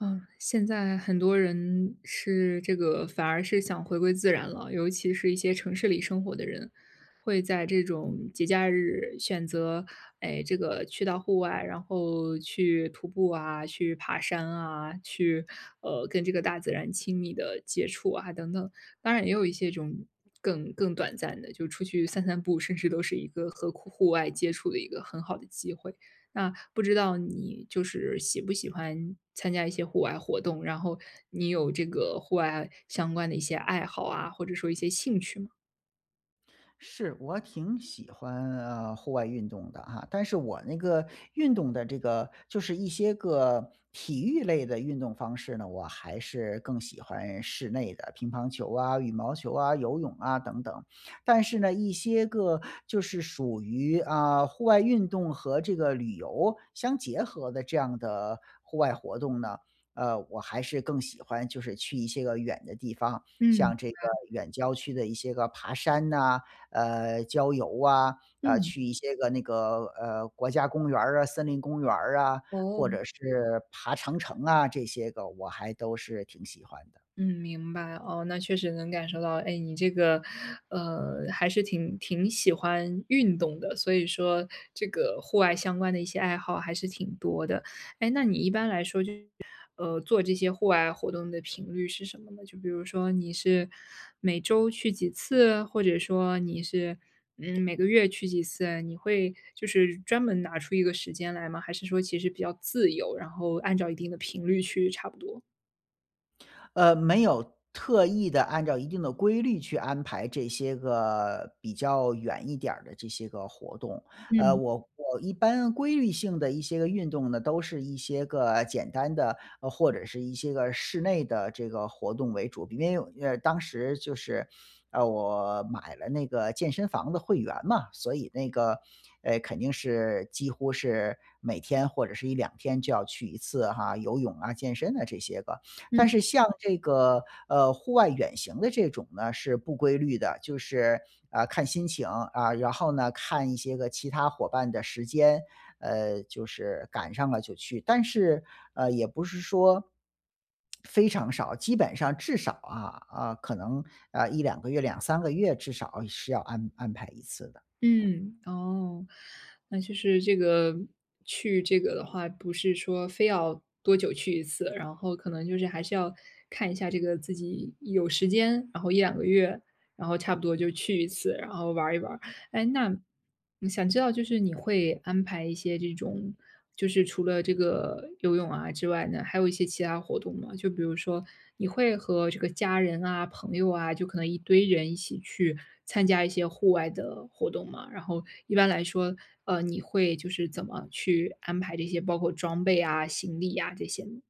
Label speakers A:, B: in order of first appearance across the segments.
A: 嗯，现在很多人是这个反而是想回归自然了，尤其是一些城市里生活的人，会在这种节假日选择，哎，这个去到户外，然后去徒步啊，去爬山啊，去跟这个大自然亲密的接触啊等等。当然，也有一些这种更短暂的，就出去散散步，甚至都是一个和户外接触的一个很好的机会。那不知道你就是喜不喜欢参加一些户外活动，然后你有这个户外相关的一些爱好啊，或者说一些兴趣吗？
B: 是，我挺喜欢户外运动的哈，但是我那个运动的这个就是一些个体育类的运动方式呢，我还是更喜欢室内的，乒乓球啊、羽毛球啊、游泳啊等等。但是呢，一些个就是属于啊户外运动和这个旅游相结合的这样的户外活动呢，我还是更喜欢就是去一些个远的地方，
A: 嗯
B: 像这个远郊区的一些个爬山呐、郊游啊，
A: 嗯，
B: 去一些个那个，国家公园儿啊、森林公园儿啊，
A: 哦，
B: 或者是爬长城啊，这些个我还都是挺喜欢的。
A: 嗯，明白，哦，那确实能感受到，哎，你这个，还是挺喜欢运动的，所以说这个户外相关的一些爱好还是挺多的。哎，那你一般来说就，做这些户外活动的频率是什么呢？就比如说你是每周去几次，或者说你是，嗯，每个月去几次，你会就是专门拿出一个时间来吗？还是说其实比较自由，然后按照一定的频率去差不多？
B: 没有特意的按照一定的规律去安排这些个比较远一点儿的这些个活动。
A: 嗯
B: 呃，
A: 嗯。
B: 我我一般规律性的一些个运动呢，都是一些个简单的，或者是一些个室内的这个活动为主。因为，当时就是，我买了那个健身房的会员嘛，所以那个，肯定是几乎是每天或者是一两天就要去一次哈，游泳啊、健身啊这些个。但是像这个，户外远行的这种呢，是不规律的，就是，啊，看心情，啊，然后呢，看一些个其他伙伴的时间，就是赶上了就去。但是，也不是说非常少，基本上至少啊，啊，可能，啊一两个月、两三个月至少是要安排一次的。
A: 嗯，哦，那就是这个去这个的话，不是说非要多久去一次，然后可能就是还是要看一下这个自己有时间，然后一两个月，然后差不多就去一次，然后玩一玩。哎，那你想知道就是你会安排一些这种，就是除了这个游泳啊之外呢，还有一些其他活动吗？就比如说你会和这个家人啊、朋友啊，就可能一堆人一起去参加一些户外的活动吗？然后一般来说，你会就是怎么去安排这些，包括装备啊、行李啊这些呢？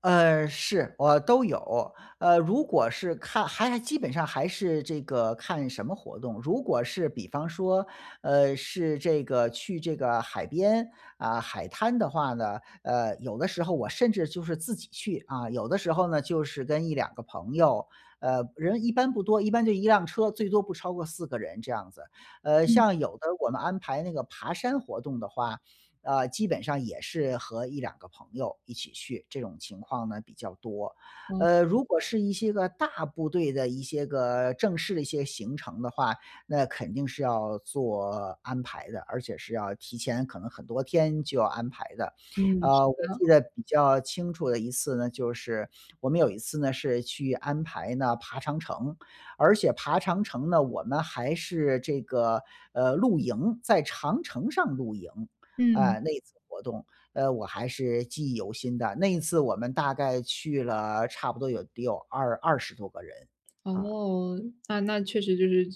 B: 是，我都有。如果是看还基本上还是这个看什么活动。如果是比方说，是这个去这个海边啊、海滩的话呢，有的时候我甚至就是自己去啊，有的时候呢就是跟一两个朋友，人一般不多，一般就一辆车，最多不超过四个人这样子。
A: 嗯，
B: 像有的我们安排那个爬山活动的话，基本上也是和一两个朋友一起去，这种情况呢比较多。
A: 哦
B: 如果是一些个大部队的一些个正式的一些行程的话，那肯定是要做安排的，而且是要提前可能很多天就要安排的。
A: 嗯，是
B: 我
A: 的
B: 记得比较清楚的一次呢，就是我们有一次呢是去安排呢爬长城，而且爬长城呢，我们还是这个，露营，在长城上露营。
A: 嗯。
B: 啊，那一次活动，我还是记忆犹新的。那一次我们大概去了差不多有得有二十多个人，啊。
A: 哦，那那确实就是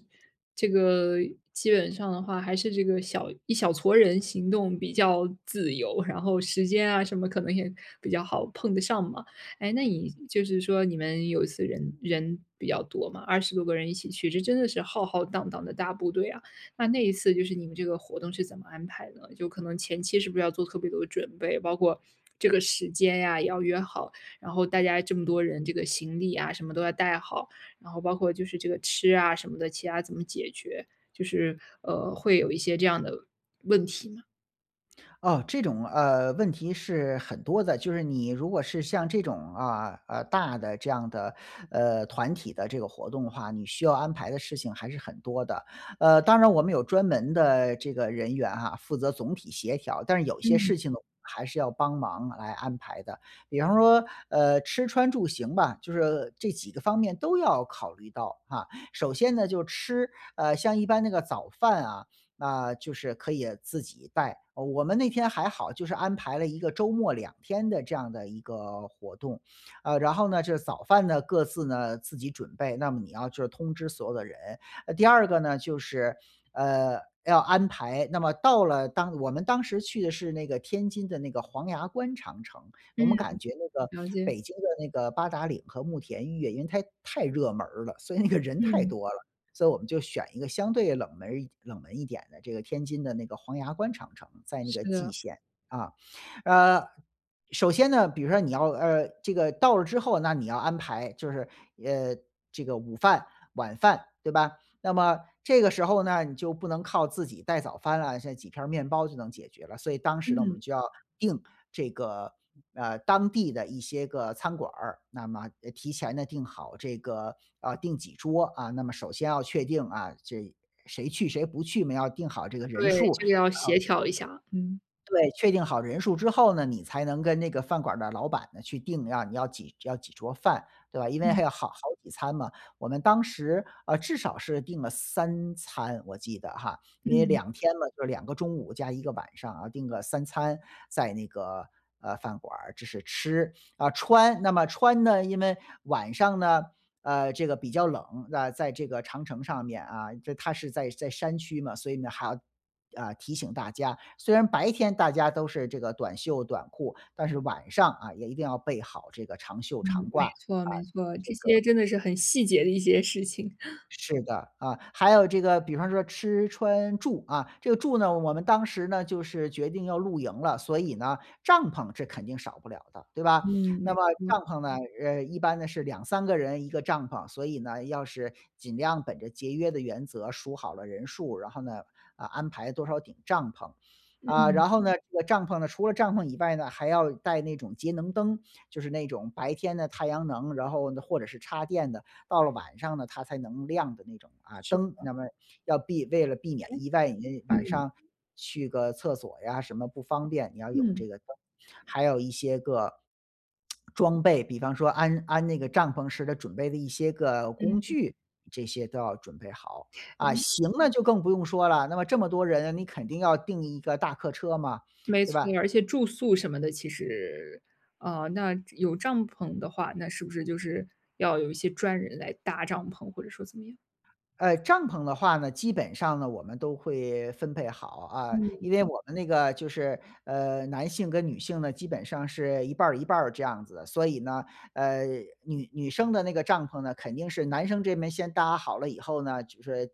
A: 这个基本上的话，还是这个小一小撮人行动比较自由，然后时间啊什么可能也比较好碰得上嘛。哎，那你就是说你们有一次人比较多嘛二十多个人一起去，这真的是浩浩荡荡的大部队啊。那那一次就是你们这个活动是怎么安排呢？就可能前期是不是要做特别多的准备，包括这个时间呀，也要约好，然后大家这么多人，这个行李啊什么都要带好。然后包括就是这个吃啊什么的，其他怎么解决，会有一些这样的问题嘛？
B: 哦，这种，问题是很多的，就是你如果是像这种啊，大的这样的，团体的这个活动的话，你需要安排的事情还是很多的。当然我们有专门的这个人员哈，负责总体协调，但是有些
A: 嗯，
B: 事情呢还是要帮忙来安排的。比方说，吃穿住行吧，就是这几个方面都要考虑到哈。首先呢，就吃，像一般那个早饭啊，那就是可以自己带。我们那天还好，就是安排了一个周末两天的这样的一个活动。然后呢，就是早饭呢，各自呢，自己准备，那么你要就是通知所有的人。第二个呢，就是，要安排那么到了当我们当时去的是那个天津的那个黄崖关长城，我们
A: 嗯，
B: 感觉那个
A: 了解，
B: 北京的那个八达岭和慕田峪，因为它太热门儿了，所以那个人太
A: 嗯，
B: 多了。所以我们就选一个相对冷门一点的这个天津的那个黄崖关长城，在那
A: 是
B: 个蓟
A: 的，
B: 县啊。呃，首先呢，比如说你要这个到了之后，那你要安排就是呃，这个午饭、晚饭，对吧？那么这个时候呢，你就不能靠自己带早饭啊，现在几片儿面包就能解决了。所以当时呢，我
A: 嗯，
B: 们就要订这个当地的一些个餐馆儿，那么提前呢订好这个订几桌啊，那么首先要确定啊这谁去谁不去嘛，要定好这个人
A: 对，
B: 数。
A: 这个要协调一下，嗯。
B: 对，确定好人数之后呢，你才能跟那个饭馆儿的老板呢去定要几桌饭，对吧？因为还
A: 嗯，
B: 有好几餐嘛。我们当时，至少是订了三餐，我记得哈，因为
A: 嗯。
B: 两天嘛，就是两个中午加一个晚上啊，订个三餐在那个，饭馆儿这是吃。啊，穿，那么穿呢，因为晚上呢，这个比较冷，那在这个长城上面啊，这它是在山区嘛，所以呢还要提醒大家，虽然白天大家都是这个短袖短裤，但是晚上啊也一定要备好这个长袖
A: 嗯，
B: 长
A: 没
B: 褂。
A: 错没错，这些真的是很细节的一些事情。
B: 是的，啊，还有这个比方说吃穿住啊，这个住呢，我们当时呢就是决定要露营了，所以呢，帐篷这肯定少不了的，对吧？
A: 嗯，没
B: 那么
A: 错，
B: 帐篷呢，一般呢是两三个人一个帐篷，所以呢，要是尽量本着节约的原则数好了人数，然后呢，啊，安排多少顶帐篷，啊，
A: 嗯，
B: 然后呢，这个帐篷呢，除了帐篷以外呢，还要带那种节能灯，就是那种白天的太阳能，然后呢或者是插电的。到了晚上呢，它才能亮的那种啊
A: 是，
B: 灯。那么为了避免
A: 哎，
B: 意外，你晚
A: 嗯，
B: 上去个厕所呀什么不方便，你要有
A: 嗯，
B: 这个灯。还有一些个装备，比方说安那个帐篷时的准备的一些个工
A: 嗯，
B: 具，这些都要准备好。啊，
A: 哎
B: 行呢就更不用说了，那么这么多人，你肯定要订一个大客车嘛，
A: 没
B: 对
A: 错，
B: 吧？
A: 而且住宿什么的，其实，那有帐篷的话，那是不是就是要有一些专人来搭帐篷，或者说怎么样？
B: 帐篷的话呢，基本上呢，我们都会分配好啊，
A: 嗯
B: 因为我们那个就是，男性跟女性呢，基本上是一半儿一半儿这样子的，所以呢，呃，女生的那个帐篷呢，肯定是男生这边先搭好了以后呢，就是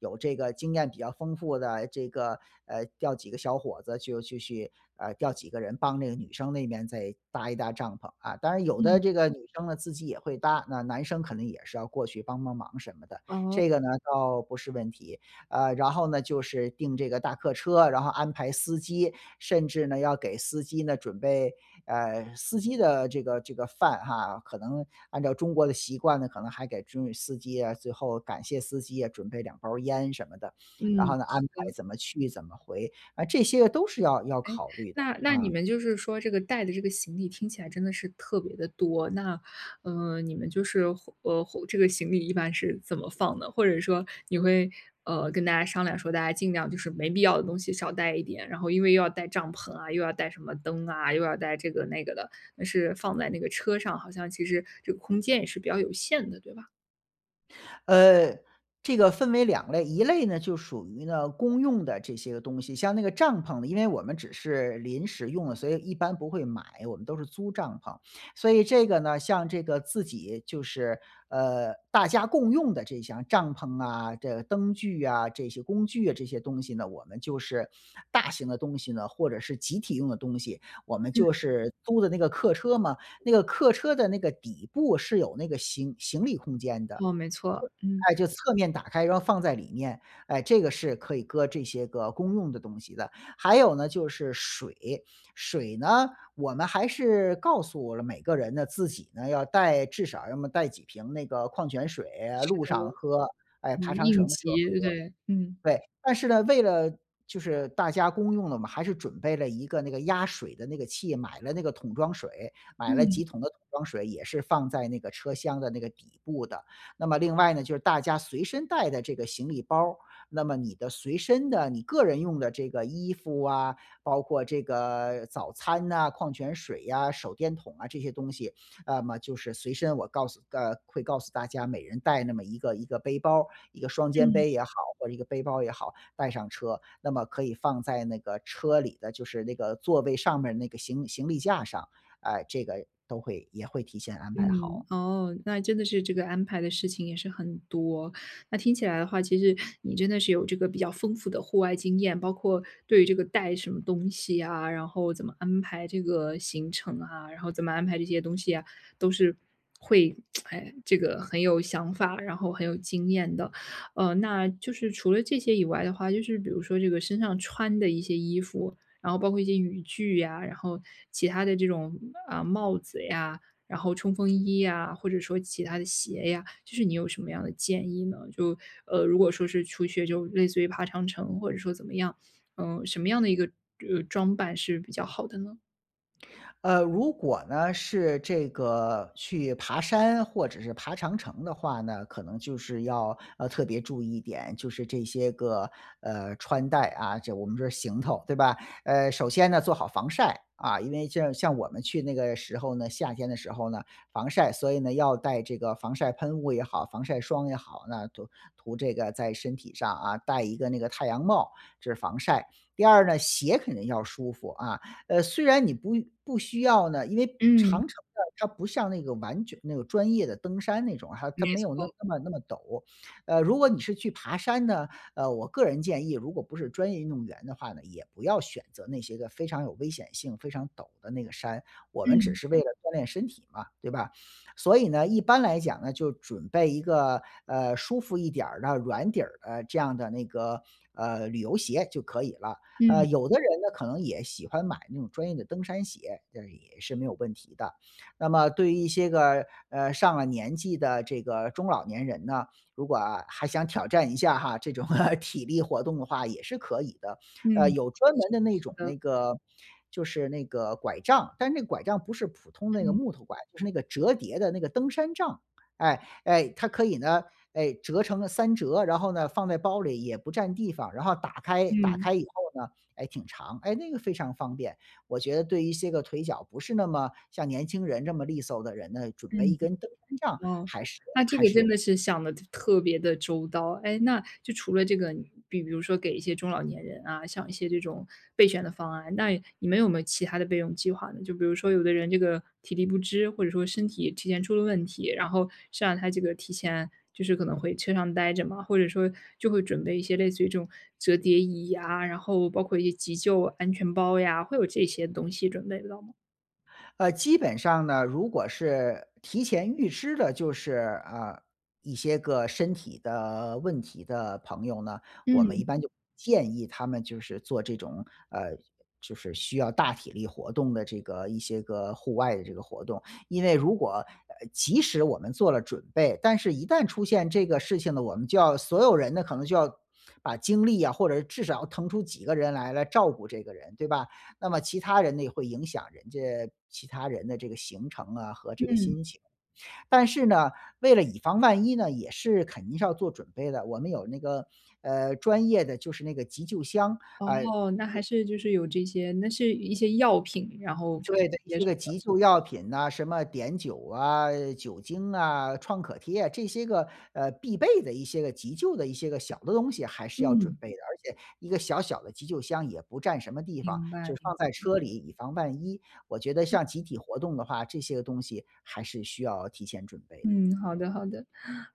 B: 有这个经验比较丰富的这个，调几个小伙子就去，调几个人帮这个女生那边再搭一搭帐篷啊。当然有的
A: 嗯，
B: 这个女生呢，自己也会搭，那男生可能也是要过去帮帮忙什么的。
A: 哦，
B: 这个呢倒不是问题。然后呢就是订这个大客车，然后安排司机，甚至呢要给司机呢准备，司机的这个饭哈，可能按照中国的习惯呢，可能还给司机啊，最后感谢司机啊，准备两包烟什么的，然
A: 嗯，
B: 后呢安
A: 是
B: 排
A: 的。
B: 怎么去怎么回，啊，这些都是要考虑的，
A: 那那
B: 啊。
A: 你们就是说这个带的这个行李听起来真的是特别的多，那，你们就是会这个行李一般是怎么放的？或者说你会，跟大家商量说大家尽量就是没必要的东西少带一点，然后因为又要带帐篷啊，又要带什么灯啊，又要带这个那个的，但是放在那个车上，好像其实这个空间也是比较有限的，对吧？
B: 呃，这个分为两类，一类呢就属于呢公用的这些个东西，像那个帐篷呢，因为我们只是临时用的，所以一般不会买，我们都是租帐篷。所以这个呢，像这个自己就是大家共用的这项帐篷啊、这个灯具啊、这些工具啊这些东西呢，我们就是大型的东西呢，或者是集体用的东西，我们
A: 嗯。
B: 就是租的那个客车嘛，那个客车的那个底部是有那个行李空间的。
A: 哦，没错，嗯，
B: 哎，就侧面打开，然后放在里面，哎，这个是可以搁这些个公用的东西的。还有呢，就是水，水呢，我们还是告诉了每个人呢，自己呢要带至少要么带几瓶那个矿泉水啊，路上喝，哎，
A: 嗯，
B: 爬长
A: 应
B: 城的时
A: 急，
B: 候。
A: 对，嗯，
B: 对，但是呢，为了就是大家公用的嘛，还是准备了一个那个压水的那个器，买了那个桶装水，买了
A: 嗯，
B: 几桶的桶装水，也是放在那个车厢的那个底部的。那么另外呢，就是大家随身带的这个行李包儿，那么你的随身的你个人用的这个衣服啊，包括这个早餐呐、矿泉水呀、手电筒啊这些东西，那么就是随身我告诉会告诉大家每人带那么一个背包，一个双肩
A: 嗯。
B: 背也好，或者一个背包也好，带上车，那么可以放在那个车里的就是那个座位上面那个行李架上，哎，这个都会也会提前安排好
A: 嗯，
B: 啊。
A: 哦，那真的是这个安排的事情也是很多。那听起来的话，其实你真的是有这个比较丰富的户外经验，包括对于这个带什么东西啊，然后怎么安排这个行程啊，然后怎么安排这些东西啊，都是会，哎，这个很有想法，然后很有经验的。呃，那就是除了这些以外的话，就是比如说这个身上穿的一些衣服，然后包括一些雨具呀，然后其他的这种啊、帽子呀。然后冲锋衣呀，或者说其他的鞋呀，就是你有什么样的建议呢？就如果说是初学，就类似于爬长城，或者说怎么样，嗯、什么样的一个装扮是比较好的呢？
B: 如果呢是这个去爬山或者是爬长城的话呢，可能就是要特别注意一点，就是这些个穿戴啊，这我们说行头对吧？首先呢做好防晒啊，因为像我们去那个时候呢，夏天的时候呢防晒，所以呢要带这个防晒喷雾也好，防晒霜也好，那涂这个在身体上啊，戴一个那个太阳帽，这是防晒。第二呢，鞋肯定要舒服啊，虽然你不需要呢，因为
A: 嗯，
B: 长城呢，它不像那个完全那个专业的登山那种啊，它
A: 没
B: 没有
A: 错，
B: 那么陡。如果你是去爬山呢，我个人建议，如果不是专业运动员的话呢，也不要选择那些个非常有危险性、非常陡的那个山。我们只
A: 嗯
B: 是为了锻炼身体嘛，对吧？所以呢，一般来讲呢，就准备一个舒服一点儿的软底儿的这样的那个旅游鞋就可以了。
A: 嗯
B: 有的人呢，可能也喜欢买那种专业的登山鞋，这也是没有问题的。那么对于一些个，上了年纪的这个中老年人呢，如果啊还想挑战一下哈，这种 体力活动的话也是可以的。
A: 嗯，
B: 有专
A: 是
B: 门
A: 的，
B: 的那
A: 是
B: 种那
A: 的，
B: 个就是那个拐杖，但是那个拐杖不是普通那个
A: 嗯
B: 木头拐，就是那个折叠的那个登山杖。它可以呢，哎，折成了三折，然后呢，放在包里也不占地方，然后打开打
A: 嗯
B: 开以后呢哎，挺长，哎，那个非常方便。我觉得对于一些个腿脚不是那么像年轻人这么利索的人呢，准备一
A: 嗯。
B: 根登山杖
A: 哦，
B: 还是
A: 那这
B: 还
A: 个
B: 是
A: 真
B: 有
A: 的是想的特别的周到。哎，那就除了这个，比如说给一些中老年人啊，像一些这种备选的方案，那你们有没有其他的备用计划呢？就比如说有的人这个体力不支，或者说身体提前出了问题，然后是让他这个提前就是可能会车上待着嘛，或者说就会准备一些类似于这种折叠椅呀，然后包括一些急救安全包呀，会有这些东西准备到吗？
B: 基本上呢，如果是提前预知的，就是啊、呃一些个身体的问题的朋友呢，我们
A: 嗯
B: 一般就建议他们就是做这种呃，就是需要大体力活动的这个一些个户外的这个活动，因为如果即使我们做了准备，但是一旦出现这个事情呢，我们就要所有人呢可能就要把精力啊，或者至少要腾出几个人来照顾这个人，对吧？那么其他人呢，也会影响人家其他人的这个行程啊和这个
A: 嗯。
B: 心情。但是呢，为了以防万一呢，也是肯定是要做准备的。我们有那个专业的，就是那个急救箱啊、呃
A: 哦，那还是就是有这些那是一些药品，然后成
B: 对的，一
A: 也
B: 些
A: 是
B: 个急救药品呐，什么碘酒啊、酒精啊、创可贴啊，这些个必备的一些个急救的一些个小的东西还是要准
A: 嗯，
B: 备的，而且一个小小的急救箱也不占什么地方，
A: 明白。
B: 就是放在车里以防万一。我觉得像集体活动的话，这些个东西还是需要提前准备的。
A: 嗯，好的好的。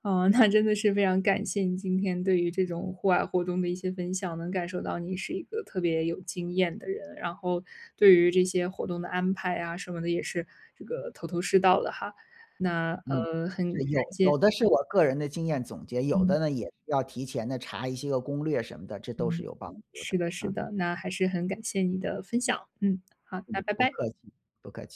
A: 哦，那真的是非常感谢你今天对于这种户外活动的一些分享，能感受到你是一个特别有经验的人，然后对于这些活动的安排啊什么的也是这个头头是道的哈。那，
B: 嗯，这
A: 很
B: 有的是我个人的经验总结，有
A: 嗯
B: 的呢也是要提前的查一些个攻略什么的，这都是
A: 嗯，
B: 有帮助的
A: 是的是
B: 啊。
A: 的，那还是很感谢你的分享。嗯，好，那
B: 嗯，
A: 拜
B: 不
A: 拜。
B: 客气，不客气。